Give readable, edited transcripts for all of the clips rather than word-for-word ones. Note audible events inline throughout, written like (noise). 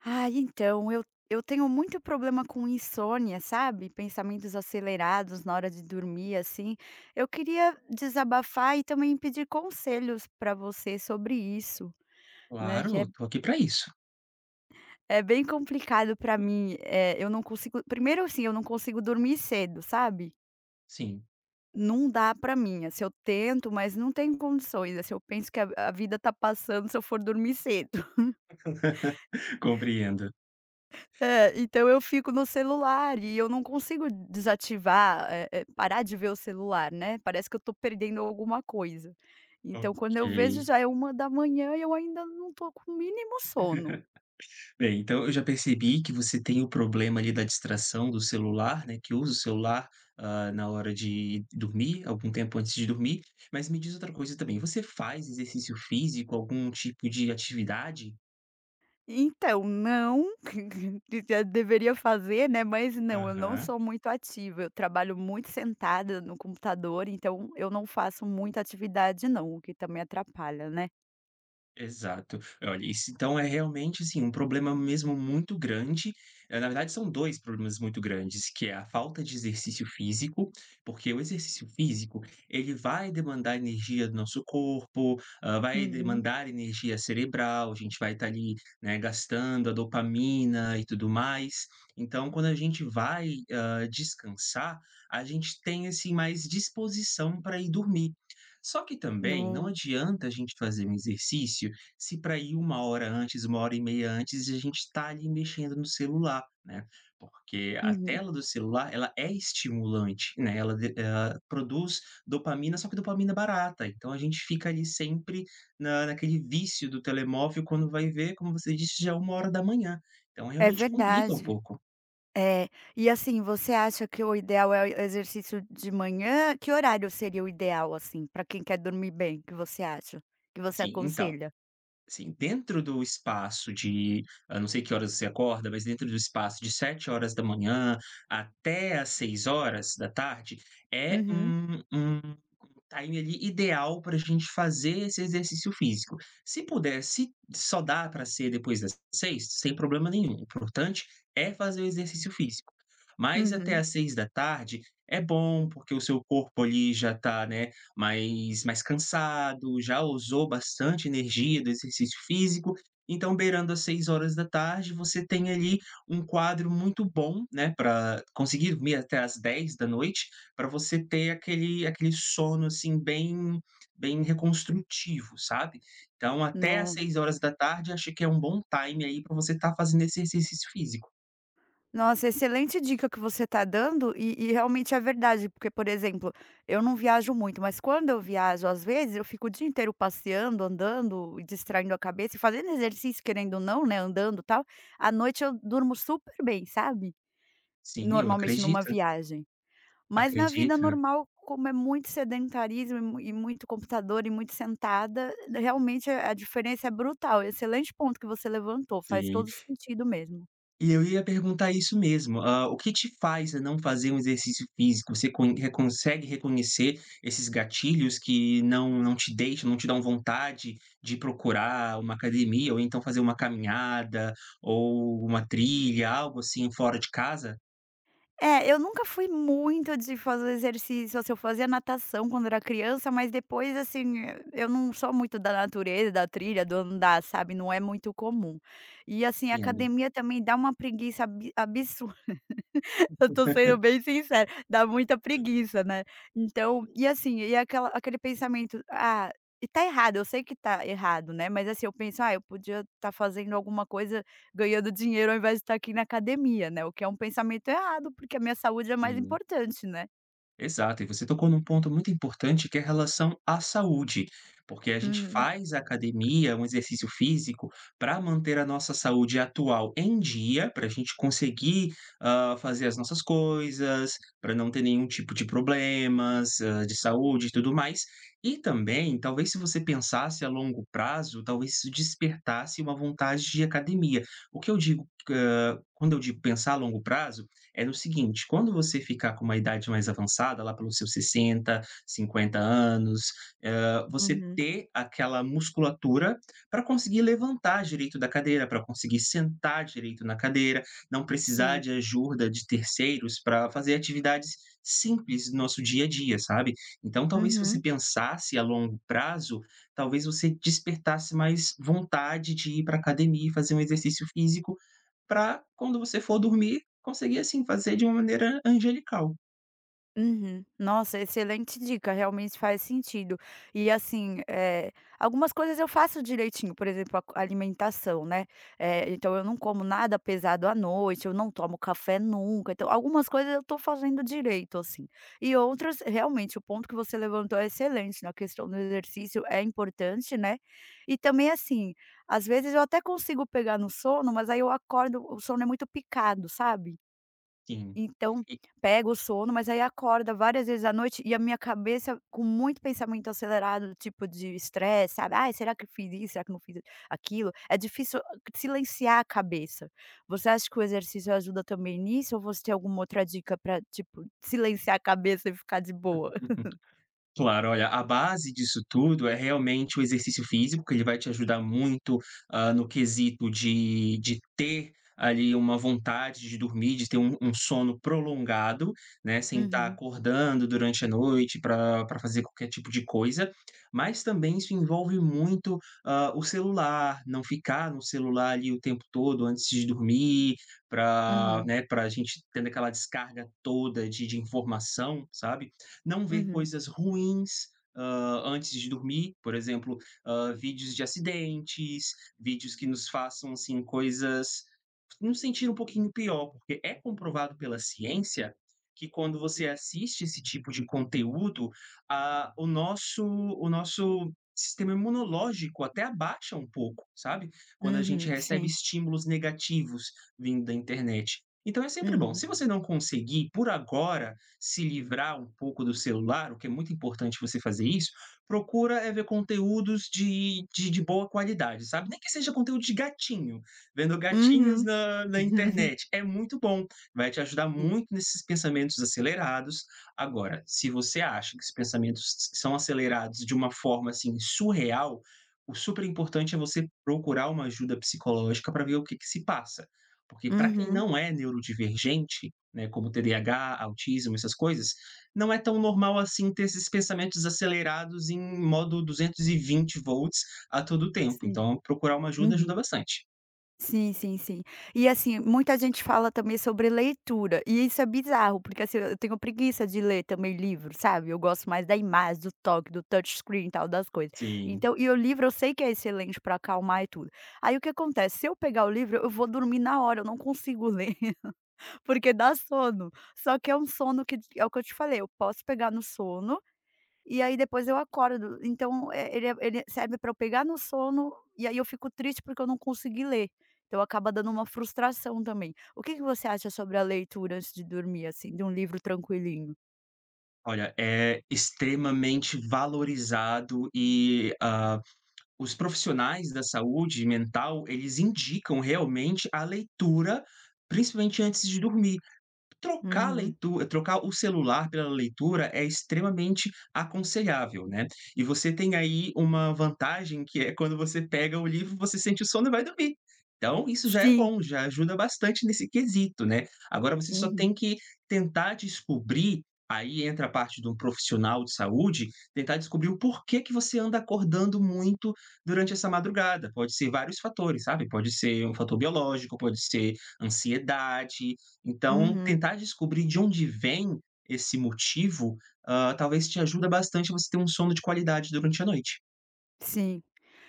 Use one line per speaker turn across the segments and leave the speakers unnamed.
Ah, então, eu tenho muito problema com insônia, sabe, pensamentos acelerados na hora de dormir, assim. Eu queria desabafar e também pedir conselhos para você sobre isso, né, que é
Claro, tô aqui para isso.
é bem complicado para mim. É, eu não consigo primeiro, assim, eu não consigo dormir cedo, sabe.
Sim,
Não dá para mim, assim, eu tento, mas não tem condições, assim, eu penso que a vida tá passando se eu for dormir cedo.
(laughs) compreendo.
É, então eu fico no celular e eu não consigo desativar, parar de ver o celular, né, parece que eu tô perdendo alguma coisa. Então quando eu vejo
Ok.
já é 13h e eu ainda não tô com o mínimo sono.
Bem, então eu já percebi que você tem o problema ali da distração do celular, né, que usa o celular, na hora de dormir, algum tempo antes de dormir, mas me diz outra coisa também, você faz exercício físico, algum tipo de atividade?
Então, não, (laughs) já deveria fazer, né, mas não, eu não
Aham.
sou muito ativa, eu trabalho muito sentada no computador, então eu não faço muita atividade não, o que também atrapalha, né.
Exato. Olha, isso então é realmente, assim, um problema mesmo muito grande, na verdade são 2 problemas muito grandes, que é a falta de exercício físico, porque o exercício físico, ele vai demandar energia do nosso corpo, vai
Uhum.
demandar energia cerebral, a gente vai estar ali, né, gastando a dopamina e tudo mais. Então quando a gente vai, descansar, a gente tem, assim, mais disposição para ir dormir. Só que também não
Não.
adianta a gente fazer um exercício se para ir uma hora antes, uma hora e meia antes, a gente está ali mexendo no celular, né. Porque a
Uhum.
tela do celular, ela é estimulante, né, ela produz dopamina, só que dopamina barata, então a gente fica ali sempre na naquele vício do telemóvel, quando vai ver, como você disse, já é 1 hora da manhã, então
É
realmente complica um
verdade.
pouco.
É. E assim, você acha que o ideal é o exercício de manhã? Que horário seria o ideal, assim, para quem quer dormir bem, que você acha? Que você
Sim, então
aconselha?
Sim, dentro do espaço de eu não sei que horas você acorda, mas dentro do espaço de 7 horas da manhã até às 18h é
Uhum,
um time ali ideal para a gente fazer esse exercício físico. Se puder, se só dá para ser depois das seis, sem problema nenhum. O importante é fazer o exercício físico. Mas até
uhum.
às 6 da tarde é bom, porque o seu corpo ali já está, né, mais cansado, já usou bastante energia do exercício físico. Então, beirando às 6 horas da tarde, você tem ali um quadro muito bom, né, para conseguir dormir até às 10 da noite para você ter aquele sono, assim, bem reconstrutivo, sabe. Então até às
No
6 horas da tarde acho que é um bom time aí para você estar fazendo esse exercício físico.
Nossa, excelente dica que você está dando e realmente é verdade, porque, por exemplo, eu não viajo muito, mas quando eu viajo, às vezes, eu fico o dia inteiro passeando, andando e distraindo a cabeça e fazendo exercício, querendo ou não, né, andando, e tal. À noite eu durmo super bem, sabe?
Sim, eu
Normalmente numa
acredito,
viagem. Mas na vida
acredito.
normal, como é muito sedentarismo e muito computador e muito sentada, realmente a diferença é brutal. Excelente ponto que você levantou, faz
Sim.
todo sentido mesmo.
E eu ia perguntar isso mesmo, o que te faz a não fazer um exercício físico? Você consegue reconhecer esses gatilhos que não te deixam, não te dão vontade de procurar uma academia ou então fazer uma caminhada ou uma trilha, algo assim fora de casa?
É, eu nunca fui muito de fazer exercício, assim, eu fazia natação quando era criança, mas depois, assim, eh, eu não sou muito da natureza, da trilha, do andar, sabe, não é muito comum. E, assim, a
Compreendo.
academia também dá uma preguiça abi absurda. Eu tô sendo bem sincera, dá muita preguiça, né. Então e assim, e aquela aquele pensamento: "Ah, e tá errado", eu sei que tá errado, né, mas assim, eu penso: "Ah, eu podia estar fazendo alguma coisa, ganhando dinheiro ao invés de estar aqui na academia", né, o que é um pensamento errado, porque a minha saúde é mais importante, né.
Exato, e você tocou num ponto muito importante que é a relação à saúde, porque a gente
Uhum,
faz academia, um exercício físico, para manter a nossa saúde atual em dia, para a gente conseguir, fazer as nossas coisas, para não ter nenhum tipo de problemas, de saúde e tudo mais. E também, talvez se você pensasse a longo prazo, talvez isso despertasse uma vontade de academia. O que eu digo, quando eu digo pensar a longo prazo, era o seguinte: quando você ficar com uma idade mais avançada, lá pelos seus 60, 50 anos, você
uhum,
ter aquela musculatura para conseguir levantar direito da cadeira, para conseguir sentar direito na cadeira, não precisar
sim,
de ajuda de terceiros para fazer atividades simples do nosso dia a dia, sabe? Então, talvez se você
uhum.
pensasse a longo prazo, talvez você despertasse mais vontade de ir para academia e fazer um exercício físico para quando você for dormir. Conseguia assim, fazer de uma maneira angelical,
Uhum. Nossa, excelente dica, realmente faz sentido. E assim, eh, algumas coisas eu faço direitinho, por exemplo, a co alimentação, né. Eh, então eu não como nada pesado à noite, eu não tomo café nunca, então algumas coisas eu estou fazendo direito, assim. E outras, realmente, o ponto que você levantou é excelente, na questão do exercício é importante, né. E também assim, às vezes eu até consigo pegar no sono, mas aí eu acordo o sono é muito picado, sabe.
sim.
Então, pega o sono, mas aí acorda várias vezes à noite e a minha cabeça com muito pensamento acelerado, tipo de estresse, sabe, "Ai, será que eu fiz isso? Será que eu não fiz aquilo?". É difícil ah, silenciar a cabeça. Você acha que o exercício ajuda também nisso ou você tem alguma outra dica para tipo, silenciar a cabeça e ficar de boa?
E Claro, olha, a base disso tudo é realmente o exercício físico, que ele vai te ajudar muito, no quesito de ter ali uma vontade de dormir, de ter um sono prolongado, né, sem estar
Uhum,
acordando durante a noite para fazer qualquer tipo de coisa. Mas também isso envolve muito, o celular, não ficar no celular ali o tempo todo antes de dormir, para
uhum,
né, para a gente tendo aquela descarga toda de informação, sabe, não ver
uhum,
coisas ruins, antes de dormir, por exemplo, vídeos de acidentes, vídeos que nos façam assim coisas nos sentir um pouquinho pior, porque é comprovado pela ciência que quando você assiste esse tipo de conteúdo, o nosso sistema imunológico até abaixa um pouco, sabe? Quando a gente
uhum,
recebe
sim,
estímulos negativos vindo da internet. Então é sempre bom.
uhum.
Se você não conseguir por agora se livrar um pouco do celular, o que é muito importante você fazer isso, procura é ver conteúdos de boa qualidade, sabe? Nem que seja conteúdo de gatinho, vendo gatinhos
Uhum.
na
(laughs)
internet. É muito bom, vai te ajudar
Sim.
muito nesses pensamentos acelerados. Agora, se você acha que esses pensamentos são acelerados de uma forma assim surreal, o super importante é você procurar uma ajuda psicológica para ver o que se passa. Porque para quem
Uhum.
não é neurodivergente, né, como TDAH, autismo, essas coisas, não é tão normal assim ter esses pensamentos acelerados em modo 220 volts a todo tempo.
Sim.
Então, procurar uma ajuda ajuda
Uhum.
bastante.
Sim, sim, sim. E assim, muita gente fala também sobre leitura, e isso é bizarro, porque assim, eu tenho preguiça de ler também livro, sabe. Eu gosto mais da imagem, do toque, do touch screen e tal, das coisas.
Sim.
Então e o livro eu sei que é excelente para acalmar e tudo. Aí o que acontece, se eu pegar o livro, eu vou dormir na hora, eu não consigo ler, (laughs) porque dá sono. Só que é um sono que é o que eu te falei, eu posso pegar no sono. E aí depois eu acordo, então, eh, ele é, ele serve para eu pegar no sono, e aí eu fico triste porque eu não consegui ler, então acaba dando uma frustração também. O que que você acha sobre a leitura antes de dormir, assim, de um livro tranquilinho?
Olha, é extremamente valorizado e os profissionais da saúde mental, eles indicam realmente a leitura, principalmente antes de dormir.
Uhum.
Trocar o celular pela leitura é extremamente aconselhável, né. E você tem aí uma vantagem que é quando você pega o livro, você sente o sono e vai dormir. Então isso já é
Sim.
bom, já ajuda bastante nesse quesito, né. Agora você só tem
Uhum.
que tentar descobrir, aí entra a parte de um profissional de saúde, tentar descobrir o porquê que você anda acordando muito durante essa madrugada. Pode ser vários fatores, sabe. Pode ser um fator biológico, pode ser ansiedade, então,
Uhum.
tentar descobrir de onde vem esse motivo, talvez te ajuda bastante a você ter um sono de qualidade durante a noite.
Sim.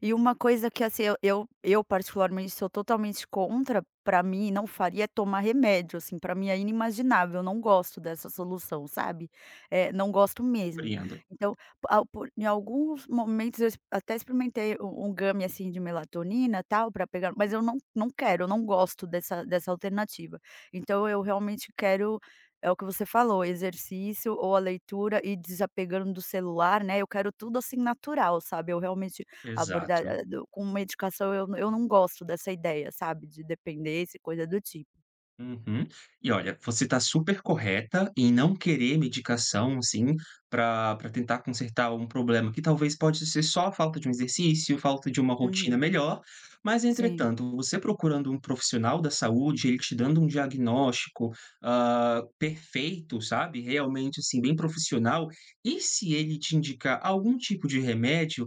E uma coisa que assim, eu particularmente sou totalmente contra, pra mim não faria é tomar remédio, assim, pra mim é inimaginável, eu não gosto dessa solução, sabe. Eh, não gosto mesmo.
Compreendo,
Então, ao por em alguns momentos até experimentei um gummy, assim, de melatonina, tal, pra pegar, mas eu não quero, eu não gosto dessa alternativa. Então eu realmente quero, é o que você falou, exercício ou a leitura e desapegando do celular, né, eu quero tudo assim natural, sabe, eu realmente. Aborda
exato.
eh, do com uma medicação eu não gosto dessa ideia, sabe, de dependência e coisa do tipo.
Uhum. E olha, você está super correta em não querer medicação, assim, para tentar consertar um problema que talvez pode ser só a falta de um exercício, falta de uma rotina
Uhum.
melhor, mas
Sim.
entretanto, você procurando um profissional da saúde, ele te dando um diagnóstico, ah, perfeito, sabe, realmente, assim, bem profissional, e se ele te indicar algum tipo de remédio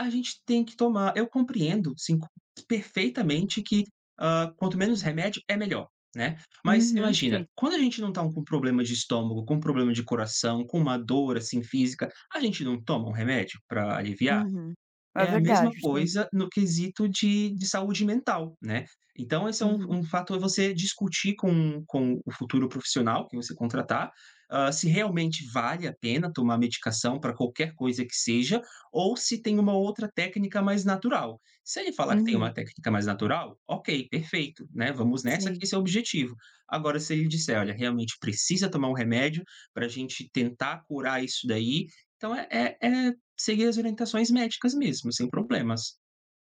a gente tem que tomar, eu compreendo, sim, perfeitamente que, quanto menos remédio é melhor, né. Mas
Uhum.
imagina,
Sim.
quando a gente não tá com problema de estômago, com problema de coração, com uma dor, assim, física, a gente não toma um remédio para aliviar?
Uhum. É
É a mesma
verdade, sim.
coisa no quesito de saúde mental, né. Então esse é um
Uhum.
um fator, é você discutir com o futuro profissional que você contratar, se realmente vale a pena tomar medicação para qualquer coisa que seja, ou se tem uma outra técnica mais natural. Se ele falar que tem
Uhum.
uma técnica mais natural, ok, perfeito, né, vamos nessa
Sim.
que esse é o objetivo. Agora se ele disser: "Olha, realmente precisa tomar um remédio para a gente tentar curar isso daí", então é seguir as orientações médicas mesmo, sem problemas.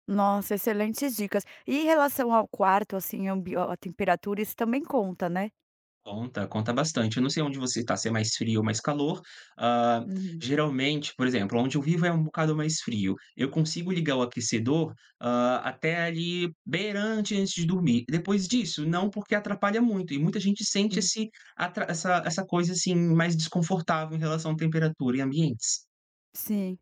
Nossa, excelentes dicas. E em relação ao quarto, assim, ambi a temperatura, isso também conta, né?
Conta, conta bastante. Eu não sei onde você está, se é mais frio ou mais calor. Ah,
Uhum.
geralmente, por exemplo, onde eu vivo é um bocado mais frio. Eu consigo ligar o aquecedor, até ali beirante antes de dormir. Depois disso, não, porque atrapalha muito. E muita gente sente
Hum.
esse, essa, essa coisa assim mais desconfortável em relação à temperatura e ambientes.
Sim.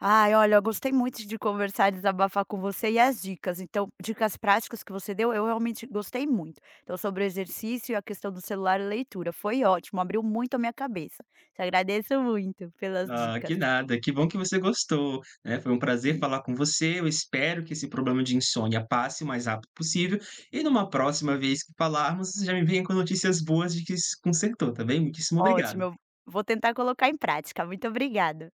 Ai, olha, eu gostei muito de conversar e desabafar com você e as dicas. Então, dicas práticas que você deu, eu realmente gostei muito. Então, sobre o exercício e a questão do celular e leitura, foi ótimo, abriu muito a minha cabeça. Te agradeço muito pelas
Ah, que
dicas.
nada, que bom que você gostou, né, foi um prazer
Sim,
falar com você, eu espero que esse problema de insônia passe o mais rápido possível, e numa próxima vez que falarmos, já me venha com notícias boas de que se consertou, tá bem? Muitíssimo
ótimo,
obrigado.
eu vou tentar colocar em prática. Muito obrigada.